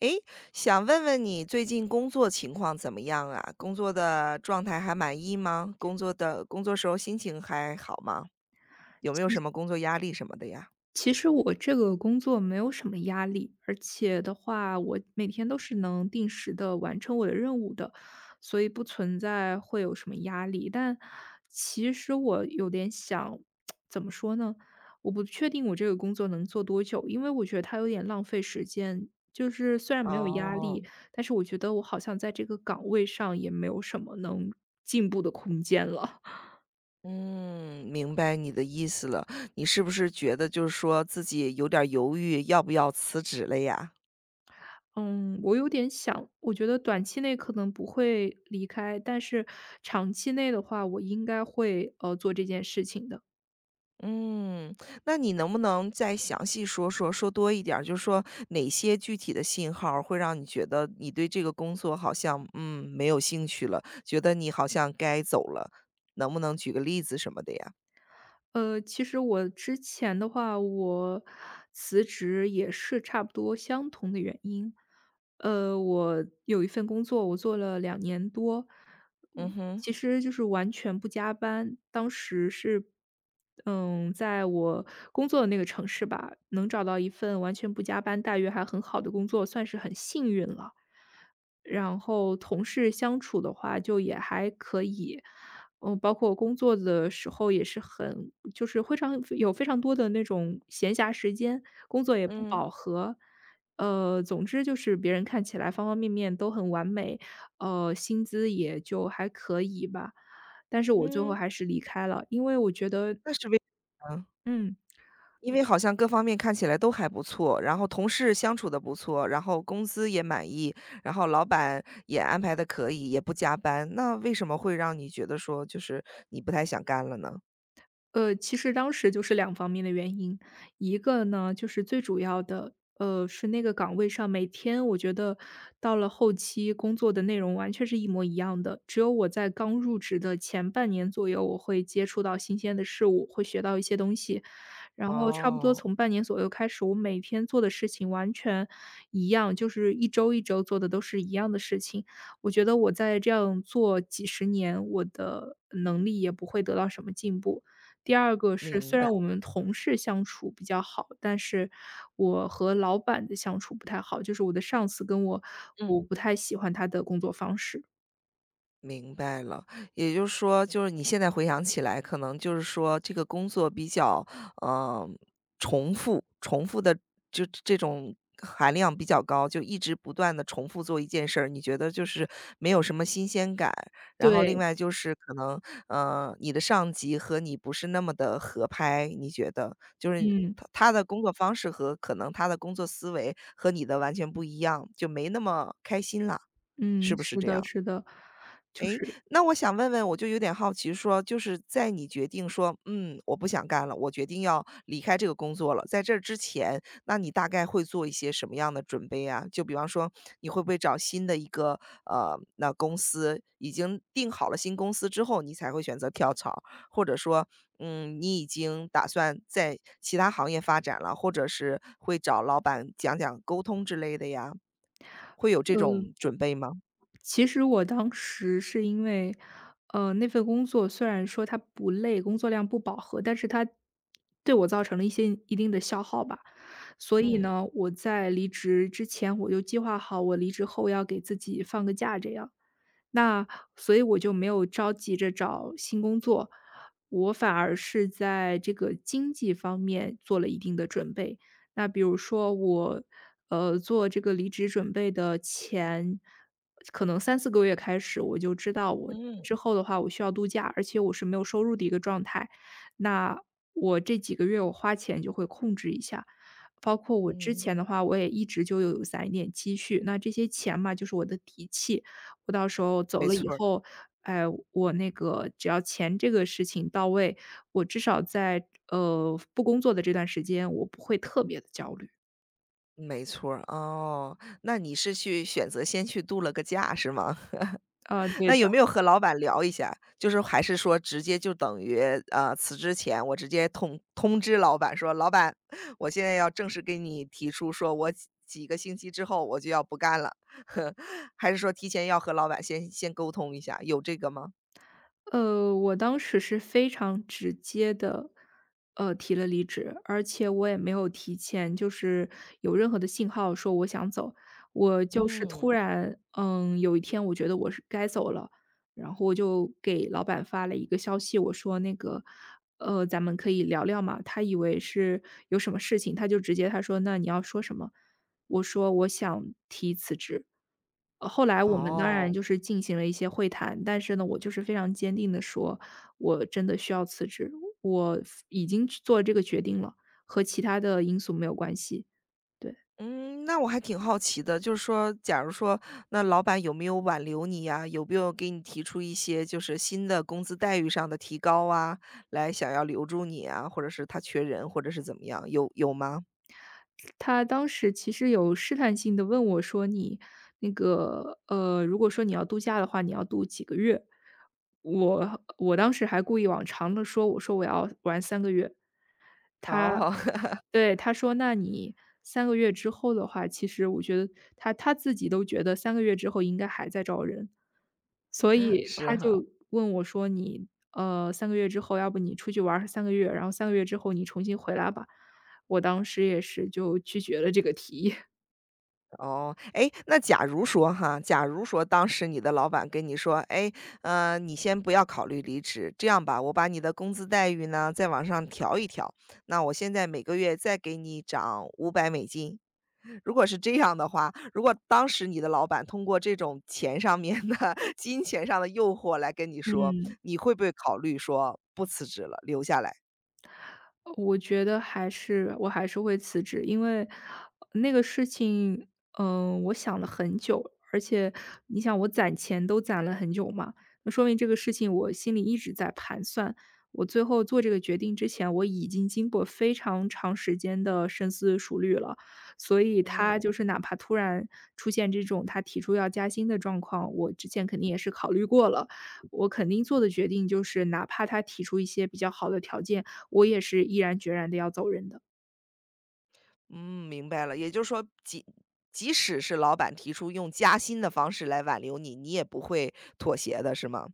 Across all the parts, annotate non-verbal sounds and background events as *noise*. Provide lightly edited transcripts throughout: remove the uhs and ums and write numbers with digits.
诶，想问问你最近工作情况怎么样啊？工作的状态还满意吗？工作时候心情还好吗？有没有什么工作压力什么的呀？其实我这个工作没有什么压力，而且的话，我每天都是能定时的完成我的任务的，所以不存在会有什么压力。但其实我有点想，*tsk* 怎么说呢？我不确定我这个工作能做多久，因为我觉得它有点浪费时间。就是虽然没有压哦，力，但是我觉得我好像在这个岗位上也没有什么能进步的空间了。嗯，明白你的意思了。你是不是觉得就是说自己有点儿犹豫，要不要辞职了呀？嗯，我有点想，我觉得短期内可能不会离开，但是长期内的话，我应该会做这件事情的。嗯，那你能不能再详细说说，说多一点儿，就是说哪些具体的信号儿会让你觉得你对这个工作好像，没有兴趣了，觉得你好像该走了，能不能举个例子什么的呀？其实我之前的话，我辞职也是差不多相同的原因。我有一份工作，我做了2年多，嗯哼，其实就是完全不加班。当时是，在我工作的那个城市吧，能找到一份完全不加班、待遇还很好的工作，算是很幸运了。然后同事相处的话就也还可以。包括我工作的时候也是很就是非常有非常多的那种闲暇时间，工作也不嗯饱和。总之就是别人看起来方方面面都很完美，薪资也就还可以吧。但是我最后嗯。还是离开了，因为我觉得那是为嗯，嗯，因为好像各方面看起来都还不错，然后同事相处的不错，然后工资也满意，然后老板也安排的可以，也不加班，那为什么会让你觉得说就是你不太想干了呢？其实当时就是两方面的原因。一个呢，就是最主要的，是那个岗位上每天我觉得到了后期工作的内容完全是一模一样的，只有我在刚入职的前半年左右，我会接触到新鲜的事物，会学到一些东西。然后差不多哦，从半年左右开始，我每天做的事情完全一样，就是一周一周做的都是一样的事情。我觉得我在这样做几十年，我的能力也不会得到什么进步。第二个是，明虽白，然我们同事相处比较好，但是我和老板的相处不太好，就是我的上司跟我，我嗯，不太喜欢他的工作方式。明白了。也就是说，就是你现在回想起来，可能就是说这个工作比较，嗯，重复的就这种含量比较高，就一直不断的重复做一件事儿，你觉得就是没有什么新鲜感。然后另对。外就是可能，你的上级和你不是那么的合拍，你觉得就是嗯。他的工作方式和可能他的工作思维和你的完全不一样，就没那么开心了。是嗯，不是是这的，样？是的，就诶，是，那我想问问，我就有点好奇说，就是在你决定说，我不想干了，我决定要离开这个工作了，在这之前，那你大概会做一些什么样的准备啊？就比方说，你会不会找新的一个那公司已经定好了新公司之后，你才会选择跳槽，或者说，你已经打算在其他行业发展了，或者是会找老板讲讲沟通之类的呀？会有这嗯。种准备吗？其实我当时是因为，那份工作虽然说它不累，工作量不饱和，但是它对我造成了一些一定的消耗吧。所以嗯呢，我在离职之前，我就计划好我离职后要给自己放个假，这样。那所以我就没有着急着找新工作，我反而是在这个经济方面做了一定的准备。那比如说我，做这个离职准备的前，可能三四个月开始，我就知道我嗯。之后的话我需要度假，而且我是没有收入的一个状态。那我这几个月我花钱就会控制一下，包括我之嗯，前的话，我也一直就有攒一点积蓄，那这些钱嘛，就是我的底气。我到时候走没了以错儿，后，哎，我那个只要钱这个事情到位，我至少在，不工作的这段时间，我不会特别的焦虑。没错儿，哦，那你是去选择先去度了个假是吗？啊，*laughs* 对。那有没有和老板聊一下？就是还是说直接就等于，辞职前我直接通知老板说："老板，*laughs* 我现在要正式给你提出说我几个星期之后我就要不干了。*laughs*” 还是说提前要和老板先沟通一下，有这个吗？我当时是非常直接的，提了离职，而且我也没有提前就是有任何的信号说我想走。我就是突嗯，然，有一天我觉得我是该走了，然后我就给老板发了一个消息，我说那个，咱们可以聊聊嘛？他以为是有什么事情，他就直接他说：“那你要说什么？”我说我想提辞职。后来我们当然哦。就是进行了一些会谈，但是呢，我就是非常坚定的说，我真的需要辞职，我已经去做这个决定了，和其他的因素没有关系。对。嗯，那我还挺好奇的，就是说，假如说，那老板有没有挽留你呀？有没有给你提出一些就是新的工资待遇上的提高啊，来想要留住你啊，或者是他缺人，或者是怎么样，有吗？他当时其实有试探性的问我说：“你那个，如果说你要度假的话，你要度几个月？”我我当时还故意往长了说，我说我要玩三个月。哦，对，他说：“那你三个月之后的话，其实我觉得他他自己都觉得三个月之后应该还在招人。”所 *laughs* 以是他哈。就问我说：“你，三个月之后，要不你出去玩儿三个月，然后三个月之后你重新回来吧。”我当时也是就拒绝了这个提议。*laughs* 哦，哎，那假如说哈，假如说当时你的老板跟你说："哎，你先不要考虑离职，这样吧，我把你的工资待遇呢，再往上调一调，那我现在每个月再给你涨500美金。"如果是这样的话，如果当时你的老板通过这种钱上面的 *laughs* 金钱上的诱惑来跟你说，嗯。你会不会考虑说不辞职了，留下来？我觉得还是还是会辞职，因为那个事情，我想了很久，而且你想我攒钱都攒了很久嘛，那说明这个事情我心里一直在盘算。我最后做这个决定之前，我已经经过非常长时间的深思熟虑了，所以嗯。他就是哪怕突然出现这种他提出要加薪的状况，我之前肯定也是考虑过了，我肯定做的决定就是哪怕他提出一些比较好的条件。我也是毅然决然的要走人的。嗯，明白了。也就是说，即使是老板提出用加薪的方式来挽留你，你也不会妥协的，是吗？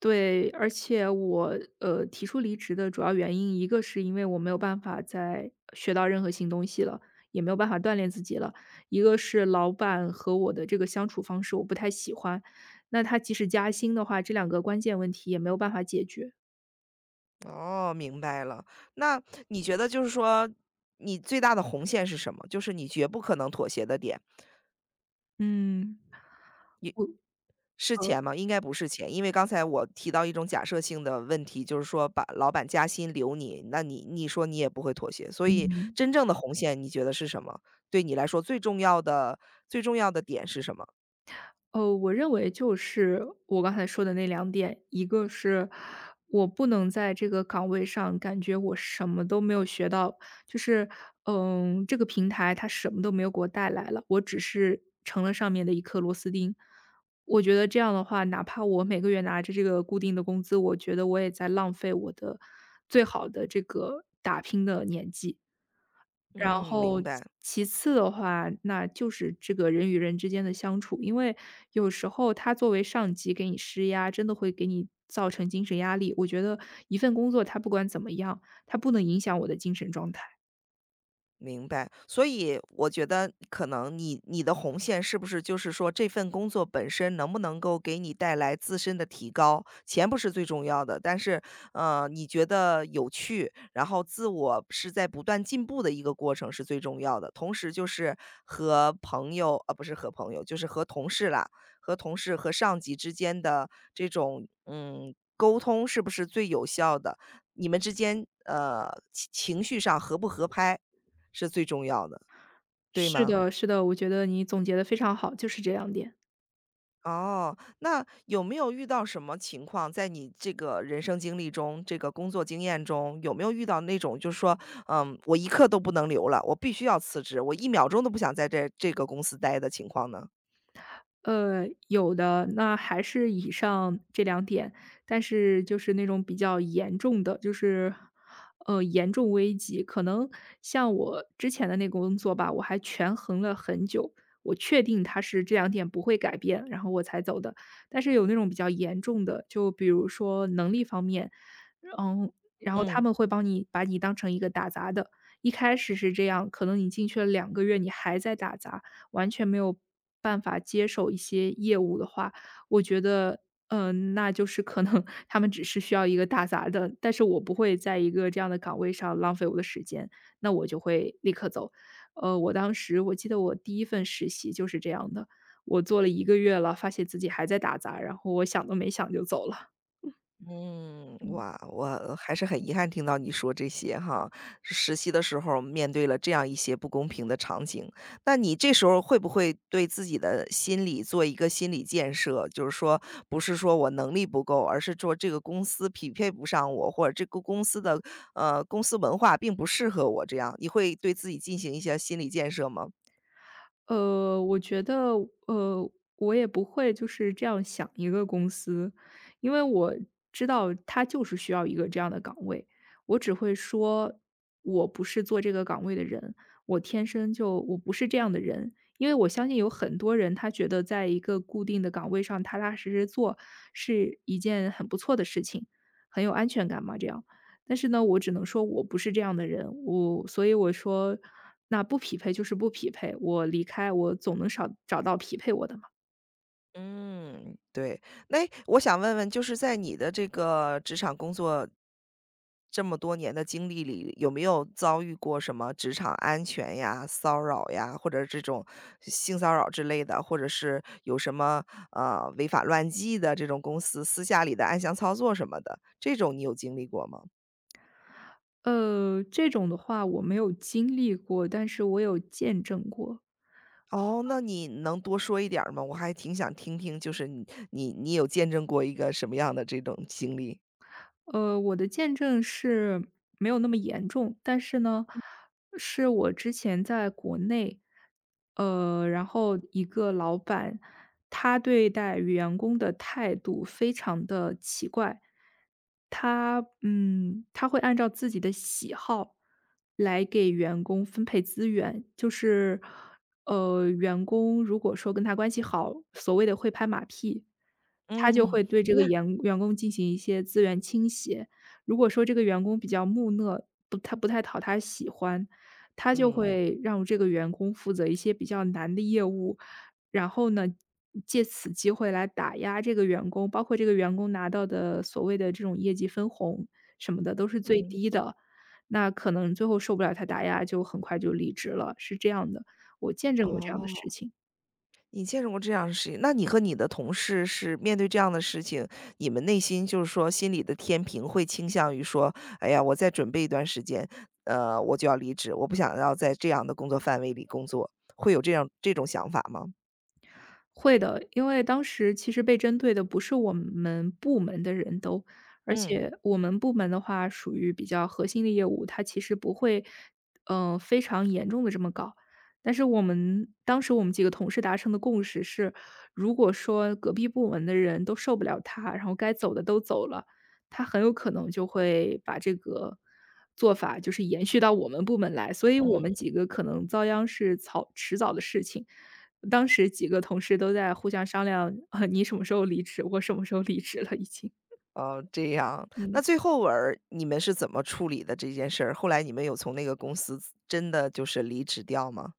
对，而且我，提出离职的主要原因，一个是因为我没有办法再学到任何新东西了，也没有办法锻炼自己了。一个是老板和我的这个相处方式我不太喜欢，那他即使加薪的话，这两个关键问题也没有办法解决。哦，明白了。那你觉得就是说，你最大的红线是什么？就是你绝不可能妥协的点嗯。我是钱吗？应该不是钱，因为刚才我提到一种假设性的问题，就是说把老板加薪留你，那你说你也不会妥协，所以嗯。真正的红线你觉得是什么？对你来说最重要的点是什么？我认为就是我刚才说的那两点，一个是我不能在这个岗位上感觉我什么都没有学到，就是，嗯，这个平台它什么都没有给我带来了，我只是成了上面的一颗螺丝钉。我觉得这样的话，哪怕我每个月拿着这个固定的工资，我觉得我也在浪费我的最好的这个打拼的年纪。然嗯，后明其白。其次的话，那就是这个人与人之间的相处，因为有时候他作为上级给你施压，真的会给你造成精神压力。我觉得一份工作它不管怎么样，它不能影响我的精神状态。明白，所以我觉得可能你的红线是不是就是说这份工作本身能不能够给你带来自身的提高？钱不是最重要的，但是你觉得有趣，然后自我是在不断进步的一个过程是最重要的。同时就是和朋友，啊，不是和朋友，就是和同事啦，和同事和上级之间的这种沟通是不是最有效的？你们之间，情绪上合不合拍是最重要的，对是吗？的，是的，我觉得你总结的非常好，就是这两点。哦，那有没有遇到什么情况，在你这个人生经历中，这个工作经验中，有没有遇到那种就是说，我一刻都不能留了，我必须要辞职，我一秒钟都不想在这个公司待的情况呢？有的，那还是以上这两点，但是就是那种比较严重的，就是，严重危机，可能像我之前的那个工作吧，我还权衡了很久，我确定他是这两点不会改变，然后我才走的。但是有那种比较严重的，就比如说能力方面，嗯，然后他嗯。们会帮你把你当成一个打杂的，一开始是这样，可能你进去了2个月，你还在打杂，完全没有办法接手一些业务的话，我觉得，那就是可能 *laughs* 他们只是需要一个打杂的，但是我不会在一个这样的岗位上浪费我的时间，那我就会立刻走。我当时我记得我第一份实习就是这样的，我做了1个月了，发现自己还在打杂，然后我想都没想就走了。嗯，哇，我还是很遗憾听到你说这些哈。实习的时候面对了这样一些不公平的场景，那你这时候会不会对自己的心理做一个心理建设？就是说，不是说我能力不够，而是说这个公司匹配不上我，或者这个公司的公司文化并不适合我这样，你会对自己进行一些心理建设吗？我觉得，呃，我也不会就是这样想一个公司，因为我知道他就是需要一个这样的岗位。我只会说，我不是做这个岗位的人，我天生就我不是这样的人。因为我相信有很多人，他觉得在一个固定的岗位上踏踏实实做是一件很不错的事情，很有安全感嘛，这样。但是呢，我只能说我不是这样的人，我所以我说那不匹配就是不匹配，我离开我总能少找到匹配我的嘛。嗯，对。那我想问问，就是在你的这个职场工作这么多年的经历里，有没有遭遇过什么职场安全呀、骚扰呀，或者这种性骚扰之类的，或者是有什么违法乱纪的这种公司私下里的暗箱操作什么的，这种你有经历过吗？这种的话我没有经历过，但是我有见证过。哦，那你能多说一点儿吗？我还挺想听听，就是你有见证过一个什么样的这种经历？我的见证是没有那么严重，但是呢，是我之前在国内，然后一个老板，他对待员工的态度非常的奇怪，他他会按照自己的喜好来给员工分配资源，就是员工如果说跟他关系好，所谓的会拍马屁，他就嗯。会对这个 *laughs* 员工进行一些资源倾斜。如果说这个员工比较木讷，不他不太讨他喜欢，他就嗯会让这个员工负责一些比较难的业务，然后呢，借此机会来打压这个员工，包括这个员工拿到的所谓的这种业绩分红什么的都是最嗯，低的，那可能最后受不了他打压，就很快就离职了，是这样的。我见证过这样的事哦。情。你见识过这样的事情，那你和你的同事是面对这样的事情，你们内心就是说心里的天平会倾向于说，哎呀，我再准备一段时间，我就要离职，我不想要在这样的工作范围里工作，会有这样这种想法吗？会的，因为当时其实被针对的不是我们部门的人都，而嗯且我们部门的话属于比较核心的业务，它其实不会，非常严重的这么搞。但是我们当时我们几个同事达成的共识是，如果说隔壁部门的人都受不了他，然后该走的都走了，他很有可能就会把这个做法就是延续到我们部门来，所以我嗯，们几个可能遭殃是早迟早的事情。当时几个同事都在互相商量，啊，你什么时候离职？我什么时候离职了已经。哦，这样，那嗯。最后儿你们是怎么处理的这件事儿？后来你们有从那个公司真的就是离职掉吗？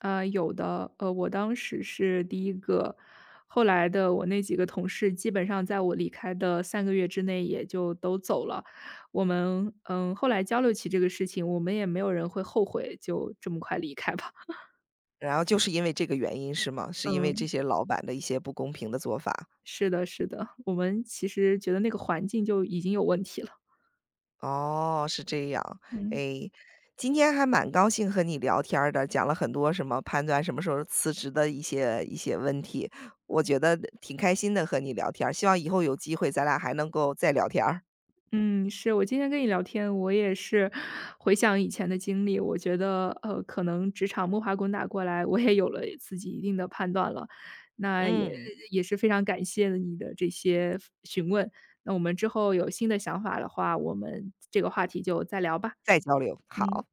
啊，有的，我当时是第一个，后来的我那几个同事基本上在我离开的三个月之内也就都走了。我们，嗯，后来交流起这个事情，我们也没有人会后悔就这么快离开吧。然后就是因为这个原因是吗？是因为这嗯。些老板的一些不公平的做法？是的是的，我们其实觉得那个环境就已经有问题了。哦，是这样。嗯。哎，今天还蛮高兴和你聊天儿的，讲了很多什么判断什么时候辞职的一些问题，我觉得挺开心的和你聊天儿希望以后有机会咱俩还能够再聊天儿嗯，是，我今天跟你聊天，我也是回想以前的经历，我觉得，可能职场摸爬滚打过来，我也有了自己一定的判断了。那也嗯，也是非常感谢你的这些询问，那我们之后有新的想法的话，我们这个话题就再聊吧。再交流，嗯。好。